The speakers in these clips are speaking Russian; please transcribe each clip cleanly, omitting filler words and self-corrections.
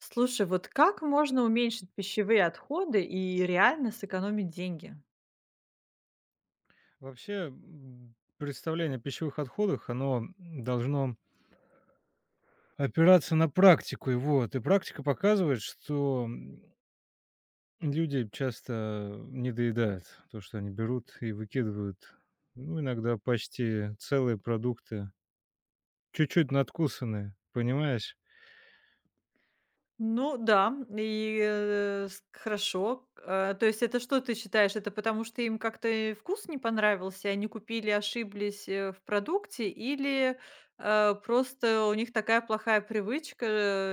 Слушай, вот как можно уменьшить пищевые отходы и реально сэкономить деньги? Вообще, представление о пищевых отходах, оно должно опираться на практику. И вот, и практика показывает, что люди часто не доедают то, что они берут и выкидывают. Ну, иногда почти целые продукты, чуть-чуть надкусанные, понимаешь? Ну да, и хорошо. То есть это что ты считаешь? Это потому что им как-то и вкус не понравился, и они купили, ошиблись в продукте, или просто у них такая плохая привычка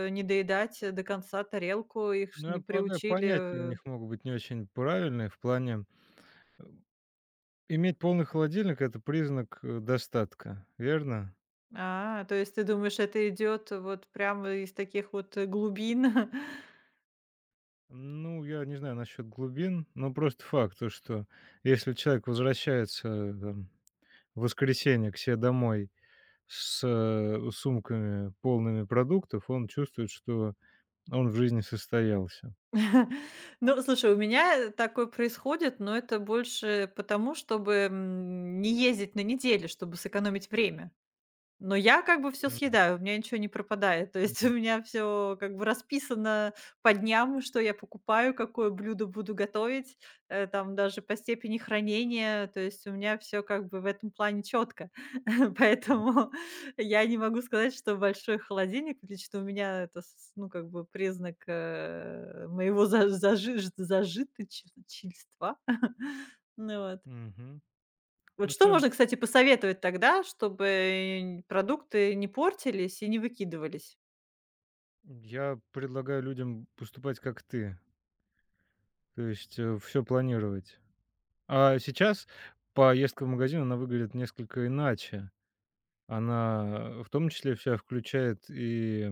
не доедать до конца тарелку, их ж Ну, я не полагаю, понятия у приучили. них э. могут быть не очень правильные в плане. Иметь полный холодильник– это признак достатка, верно? А, то есть ты думаешь, это идет вот прямо из таких вот глубин? Ну, я не знаю насчет глубин, но просто факт, то, что если человек возвращается там в воскресенье к себе домой с сумками, полными продуктов, он чувствует, что он в жизни состоялся. Ну, слушай, у меня такое происходит, но это больше потому, чтобы, не ездить на неделю, чтобы сэкономить время. Но я как бы все М, съедаю, у меня ничего не пропадает. То есть у мгм, меня все как бы расписано по дням, что я покупаю, какое блюдо буду готовить, там даже по степени хранения. То есть у меня все как бы в этом плане четко. Поэтому я не могу сказать, что большой холодильник лично у меня- это с ну, как бы признак, моего за зажиж зажиточничества. Ну вот. мгм. Вот Ну что что, можно, кстати, посоветовать тогда, чтобы, продукты не портились и не выкидывались? я предлагаю людям поступать как ты, то есть все планировать. А сейчас поездка в магазин, она выглядит несколько иначе. Она в том числе вся включает и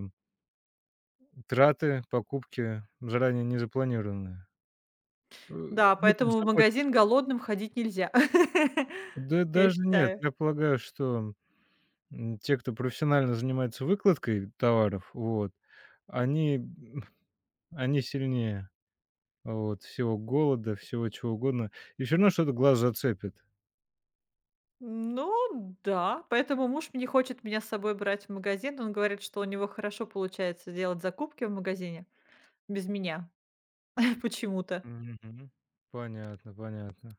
траты, покупки заранее не запланированные. Да, Об этом поэтому в заботятся. магазин голодным ходить нельзя, Да я даже нет, считаю. я полагаю, что, те, кто профессионально занимается выкладкой товаров, вот, они, м, они сильнее, вот, всего голода, всего чего угодно. И всё равно что-то глаз зацепит. Ну да, поэтому муж не хочет меня с собой брать в магазин. Он говорит, что у него хорошо получается делать закупки в магазине без меня почему-то. Мгм. Понятно, понятно.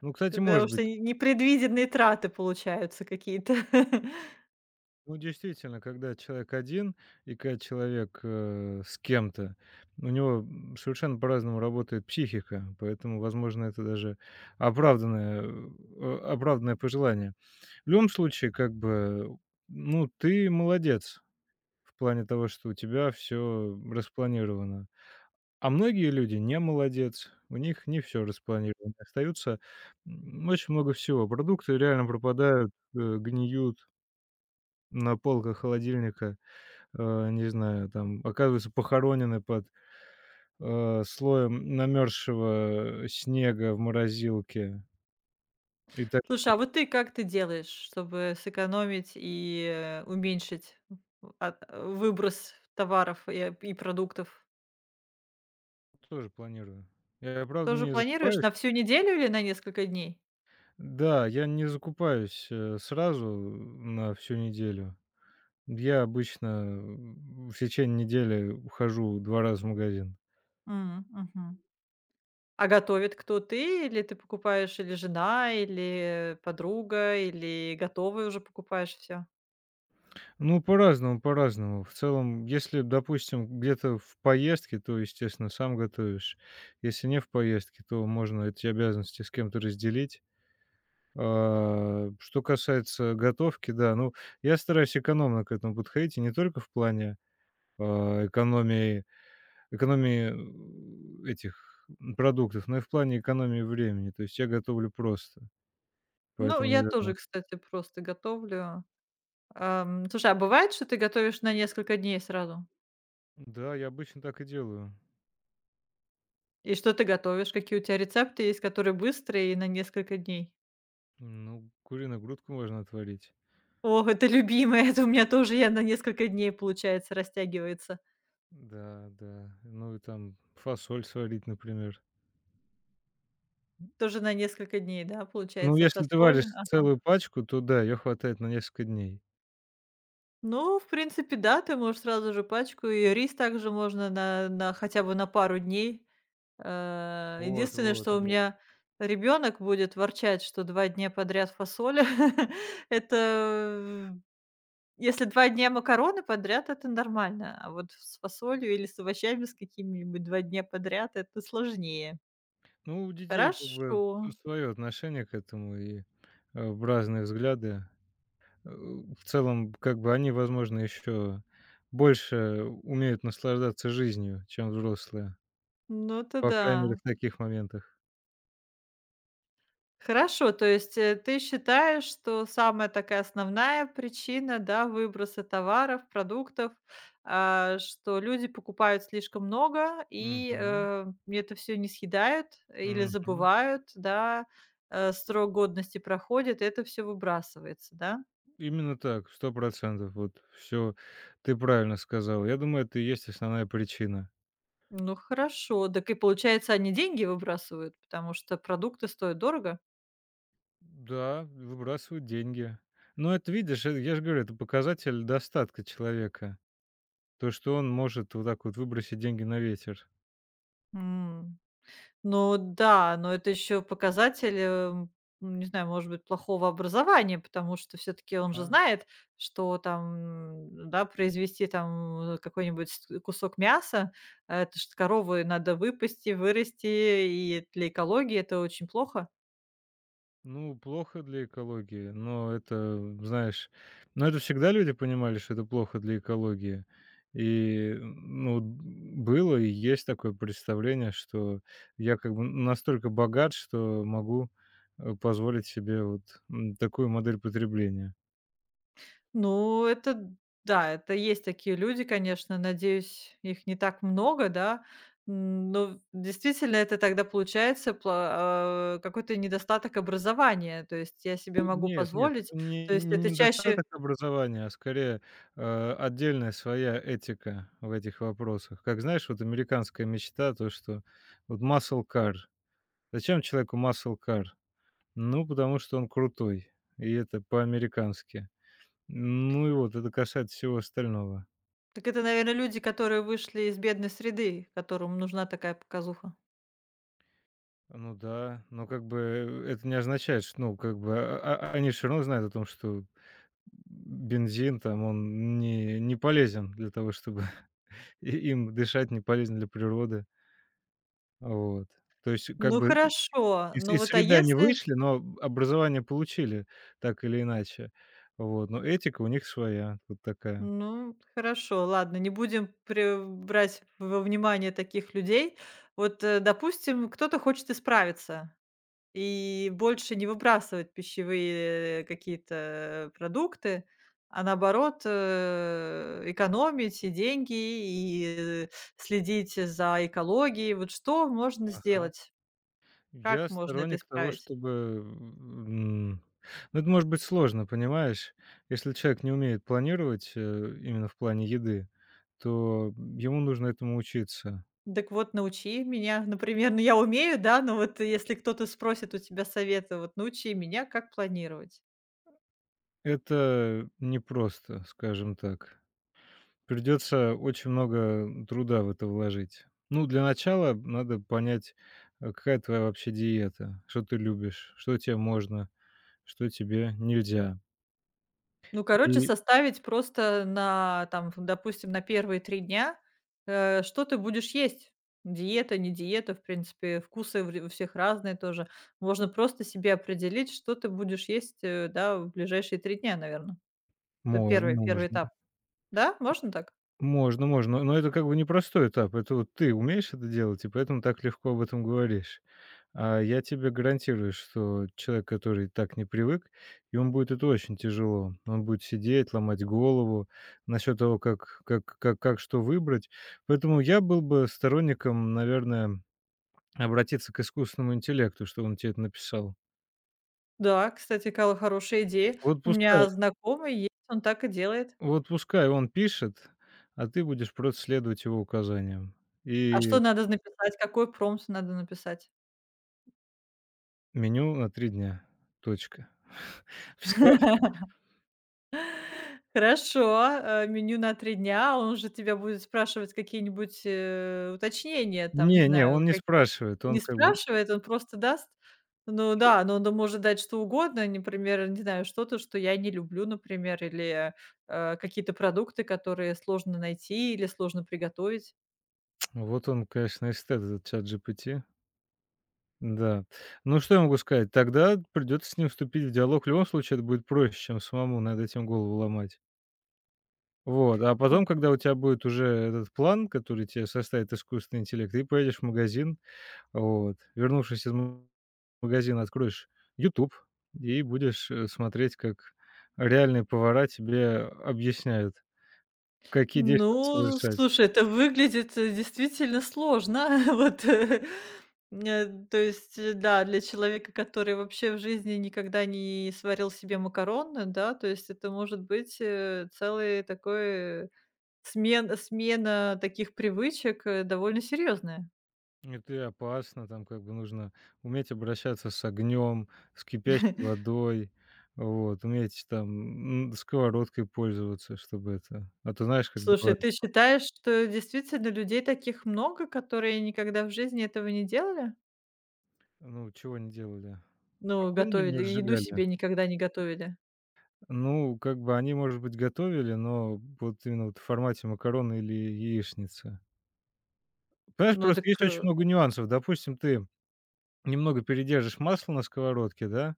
Ну, кстати, Потому может что быть. Непредвиденные траты получаются какие-то. Ну, действительно, когда человек один и когда человек, с кем-то, у него, совершенно по-разному работает психика, поэтому, возможно, это даже оправданное пожелание. В любом случае, как бы, ну, ты молодец в плане того, что у тебя все распланировано. А многие люди не молодец, у них не все распланировано, остаются, очень много всего. Продукты реально пропадают, гниют на полках холодильника, не знаю, там оказываются похоронены под, слоем намерзшего снега в морозилке. И так Слушай, а вот ты как ты делаешь, чтобы сэкономить и, уменьшить в от выброс товаров и продуктов? тоже планирую. Я, правда, Тоже не планируешь закупаюсь. на всю неделю или на несколько дней? Да, я не закупаюсь, сразу на всю неделю. Я обычно в течение недели хожу 2 раза в магазин. М, мгм. А готовит кто? Ты или ты покупаешь, или жена, или подруга, или готовое уже покупаешь все? Ну, по-разному, по-разному. В целом, если, допустим, где-то в поездке, то, естественно, сам готовишь. Если не в поездке, то можно эти обязанности с кем-то разделить. А, что касается готовки, да, ну, я стараюсь экономно к этому подходить, и не только в плане, а, экономии экономии, этих, продуктов, но и в плане экономии времени. То есть я готовлю просто, Ну, поэтому, я наверное. тоже, кстати, просто готовлю. Слушай, а бывает, что ты готовишь на несколько дней сразу? Да, я обычно так и делаю. И что ты готовишь? Какие у тебя рецепты есть, которые быстрые и на несколько дней? Ну, куриную грудку можно отварить. Ох, это любимое. Это у меня тоже я на несколько дней, получается, растягивается. Да, да. Ну и там фасоль сварить, например. Тоже на несколько дней, да, Ну, получается, если ты фасоль. варишь Ага. целую пачку, то да, ее хватает на несколько дней. Ну, в принципе, да, ты можешь сразу же пачку, и рис также можно на хотя бы на пару дней. Вот, Единственное, вот, что у вот. меня ребенок будет ворчать, что 2 дня подряд фасоль. Это, если 2 дня макароны подряд, это нормально, а вот с фасолью или с овощами с какими-нибудь 2 дня подряд- это сложнее. Ну, у детей как Хорошо. бы свое отношение к этому и в разные взгляды. В целом, как бы они, возможно, еще больше умеют наслаждаться жизнью, чем взрослые. Ну, это По крайней мере, да. в таких моментах. Хорошо, то есть, ты считаешь, что самая такая основная причина, да, выброса товаров, продуктов, что люди покупают слишком много и, Мгм. Это все не съедают или Мгм. забывают, да, срок годности проходит, и это все выбрасывается, да? Именно так, 100%. Вот все ты правильно сказал. Я думаю, это и есть основная причина. Ну, хорошо. Так и получается, они деньги выбрасывают, потому что продукты стоят дорого? Да, выбрасывают деньги. Но это, видишь, я же говорю, это показатель достатка человека. То, что он может вот так вот выбросить деньги на ветер. М. Ну да, но это еще показатель, не знаю, может быть, плохого образования, потому что все-таки он же знает, что там, да, произвести там какой-нибудь кусок мяса, это ж коровы надо выпасти, вырасти, и для экологии это очень плохо. Ну, плохо для экологии, но это, знаешь, но это всегда люди понимали, что это плохо для экологии. И, ну, было и есть такое представление, что я как бы настолько богат, что могу позволить себе вот такую модель потребления. Ну, это д да, это есть такие люди, конечно. Надеюсь, их не так много, да. Но действительно это тогда получается какой-то недостаток образования. То есть я себе могу Нет, нет, позволить. это не То есть не это чаще. недостаток образования, а скорее, отдельная своя этика в этих вопросах. Как знаешь, вот американская мечта, то, что вот muscle car. Зачем человеку muscle car? Ну, потому что он крутой, и это по-американски. Ну и вот, это касается всего остального. Так это, наверное, люди, которые вышли из бедной среды, которым нужна такая показуха. Ну да, но как бы, это не означает, что, ну, как бы, а они все равно знают о том, что бензин там, он не полезен для того, чтобы. И им дышать не полезно для природы. Вот. То есть как Ну, бы и хорошо. из Ну из вот, а среды они если. вышли, но об образование получили так или иначе. Вот, но этика у них своя, вот такая. Ну, хорошо, ладно, не будем пре брать во внимание таких людей. Вот, допустим, кто-то хочет исправиться. И больше не выбрасывать пищевые какие-то продукты, а наоборот, экономить и деньги, и следить за экологией. Вот что можно Ага. сделать? Как Я можно это сторонник того, исправить? чтобы, м, ну, это может быть сложно, понимаешь? Если человек не умеет планировать, именно в плане еды, то ему нужно этому учиться. Так вот научи меня, например. Ну, я умею, да, но вот если кто-то спросит у тебя совета, вот научи меня, как планировать. Это непросто, скажем так. Придется очень много труда в это вложить. Ну, для начала надо понять, какая твоя вообще диета, что ты любишь, что тебе можно, что тебе нельзя. Ну, короче, И составить просто на, там, допустим, на первые 3 дня, что ты будешь есть. Диета, не диета, в принципе, вкусы вре у всех разные тоже. Можно просто себе определить, что ты будешь есть, да, в ближайшие 3 дня, наверное. Это первый можно, первый этап. можно. Да, можно так? Можно, можно, но это как бы непростой этап. Это вот ты умеешь это делать, и поэтому так легко об этом говоришь. А я тебе гарантирую, что человек, который так не привык, и он будет это очень тяжело. Он будет сидеть, ломать голову насчет того, как что выбрать. Поэтому я был бы сторонником, наверное, обратиться к искусственному интеллекту, чтобы он тебе это написал. Да, кстати, кала хорошая идея. Вот У меня пускай, знакомый есть, он так и делает. вот пускай он пишет, а ты будешь просто следовать его указаниям. А что И надо написать? Какой промпт надо написать? меню на 3 дня. Точка. Всё. Хорошо, меню на 3 дня. Он же тебя будет спрашивать какие-нибудь, уточнения, там, не Не, не, он знаю, не как спрашивает. Он не как бы спрашивает, он просто даст. Ну да, но он да может дать что угодно, например, не знаю, что-то, что я не люблю, например, или, какие-то продукты, которые сложно найти или сложно приготовить. вот он, конечно, эстет, этот чат ChatGPT. Да. Ну, что я могу сказать? Тогда придется с ним вступить в диалог. В любом случае, это будет проще, чем самому над этим голову ломать. Вот. А потом, когда у тебя будет уже этот план, который тебе составит искусственный интеллект, ты поедешь в магазин, вот, вернувшись из магазина, откроешь YouTube и будешь, смотреть, как реальные повара тебе объясняют, какие действия надо Ну, совершать. слушай, это выглядит, действительно сложно. Вот, то есть, да, для человека, который вообще в жизни никогда не сварил себе макароны, да, то есть это может быть, целый такой смена таких привычек, довольно серьезная. Это опасно, там как бы нужно уметь обращаться с огнем, с кипящей водой, вот, уметь там, сковородкой пользоваться, чтобы это. А то знаешь, как Слушай, бывает, ты считаешь, что действительно людей таких много, которые никогда в жизни этого не делали? ну, чего не делали? Ну, Огонь ли не готовили, еду разжигали? себе никогда не готовили? Ну, как бы они, может быть, готовили, но вот именно вот в формате макароны или яичницы. Понимаешь, Ну просто так. есть очень много нюансов. Допустим, ты немного передержишь масло на сковородке, да?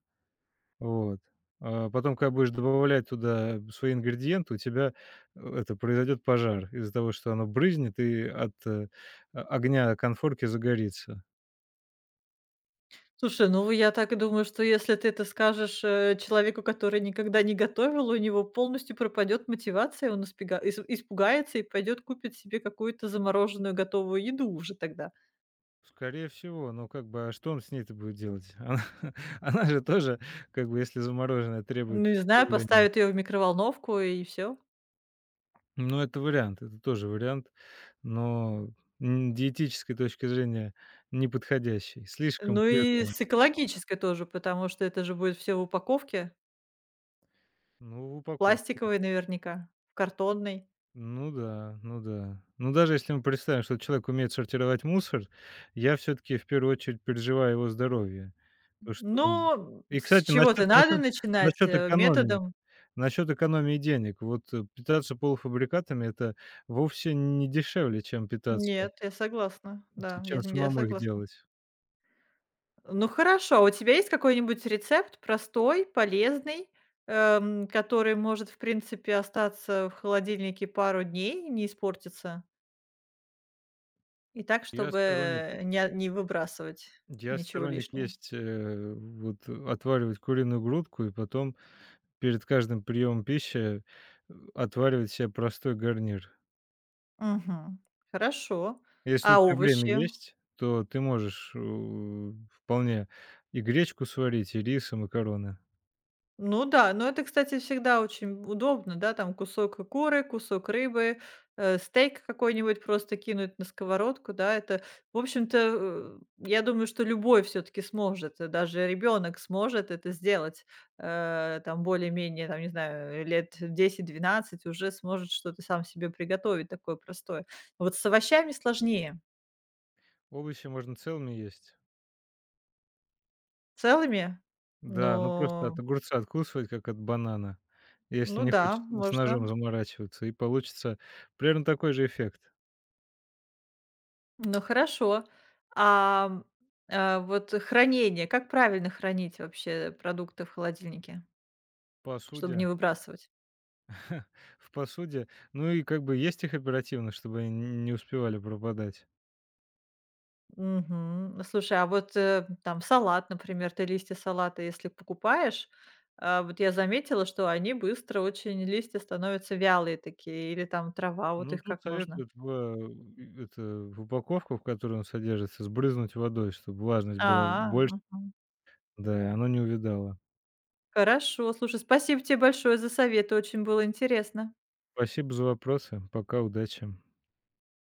Вот. А потом, когда будешь добавлять туда свои ингредиенты, у тебя, это, произойдет пожар из-за того, что оно брызнет и от, о огня конфорки загорится. Слушай, ну я так и думаю, что если ты это скажешь, человеку, который никогда не готовил, у него полностью пропадет мотивация, он испега ис испугается и пойдет купит себе какую-то замороженную готовую еду уже тогда. Скорее всего, но как бы, а что он с ней-то будет делать? Она же тоже, как бы, если замороженная, требует Ну, не знаю, приготовления. поставит ее в микроволновку и все. Ну, это вариант, это тоже вариант, но, диетической точки зрения неподходящий, слишком Ну и бледная. с экологической тоже, потому что это же будет все в упаковке, Ну, в упаковке. пластиковой наверняка, в картонной. Ну да, ну да. Ну, даже если мы представим, что человек умеет сортировать мусор, я все таки в первую очередь переживаю его здоровье. То, что он. Но И, с кстати, чего-то насчет надо насчет начинать, насчет экономии, методом. насчет экономии денег. Вот, питаться полуфабрикатами- это вовсе не дешевле, чем питаться, Нет, я согласна. ч Да, я чем я самому их согласна. делать. Ну хорошо, а у тебя есть какой-нибудь рецепт простой, полезный, который может, в принципе, остаться в холодильнике пару дней, не испортиться? И так, Я сторонник чтобы не выбрасывать я ничего сторонник лишнего. есть, вот отваривать куриную грудку и потом перед каждым приемом пищи, отваривать себе простой гарнир. Мгм. Хорошо. Если у А тебя время овощи? есть, то ты можешь, вполне и гречку сварить, и рис, и макароны. Ну да, но это, кстати, всегда очень удобно, да, там кусок куры, кусок рыбы, стейк какой-нибудь просто кинуть на сковородку, да, это, в общем-то, я думаю, что любой все-таки сможет, даже ребенок сможет это сделать, там более-менее, там, не знаю, лет 10-12 уже сможет что-то сам себе приготовить такое простое. Вот с овощами сложнее, Овощи можно целыми есть. целыми, Да, ну просто но, от огурца откусывать, как от банана, если ну не да, хочешь с можно. ножом заморачиваться, и получится примерно такой же эффект. Ну хорошо. А, м, вот хранение, как правильно хранить вообще продукты в холодильнике, чтобы не Посуде, выбрасывать? в посуде. Ну и как бы есть их оперативно, чтобы они н не успевали пропадать. Мгм. Слушай, а вот, там салат, например, ты листья салата, если покупаешь, а, вот я заметила, что они быстро очень, листья становятся вялые такие, или там трава, вот Ну, их тут как можно? советуют в упаковку, в которой он содержится, сбрызнуть водой, чтобы влажность была А, больше. мгм. Да, оно не увидало. Хорошо, слушай, спасибо тебе большое за советы, очень было интересно. Спасибо за вопросы. Пока, удачи.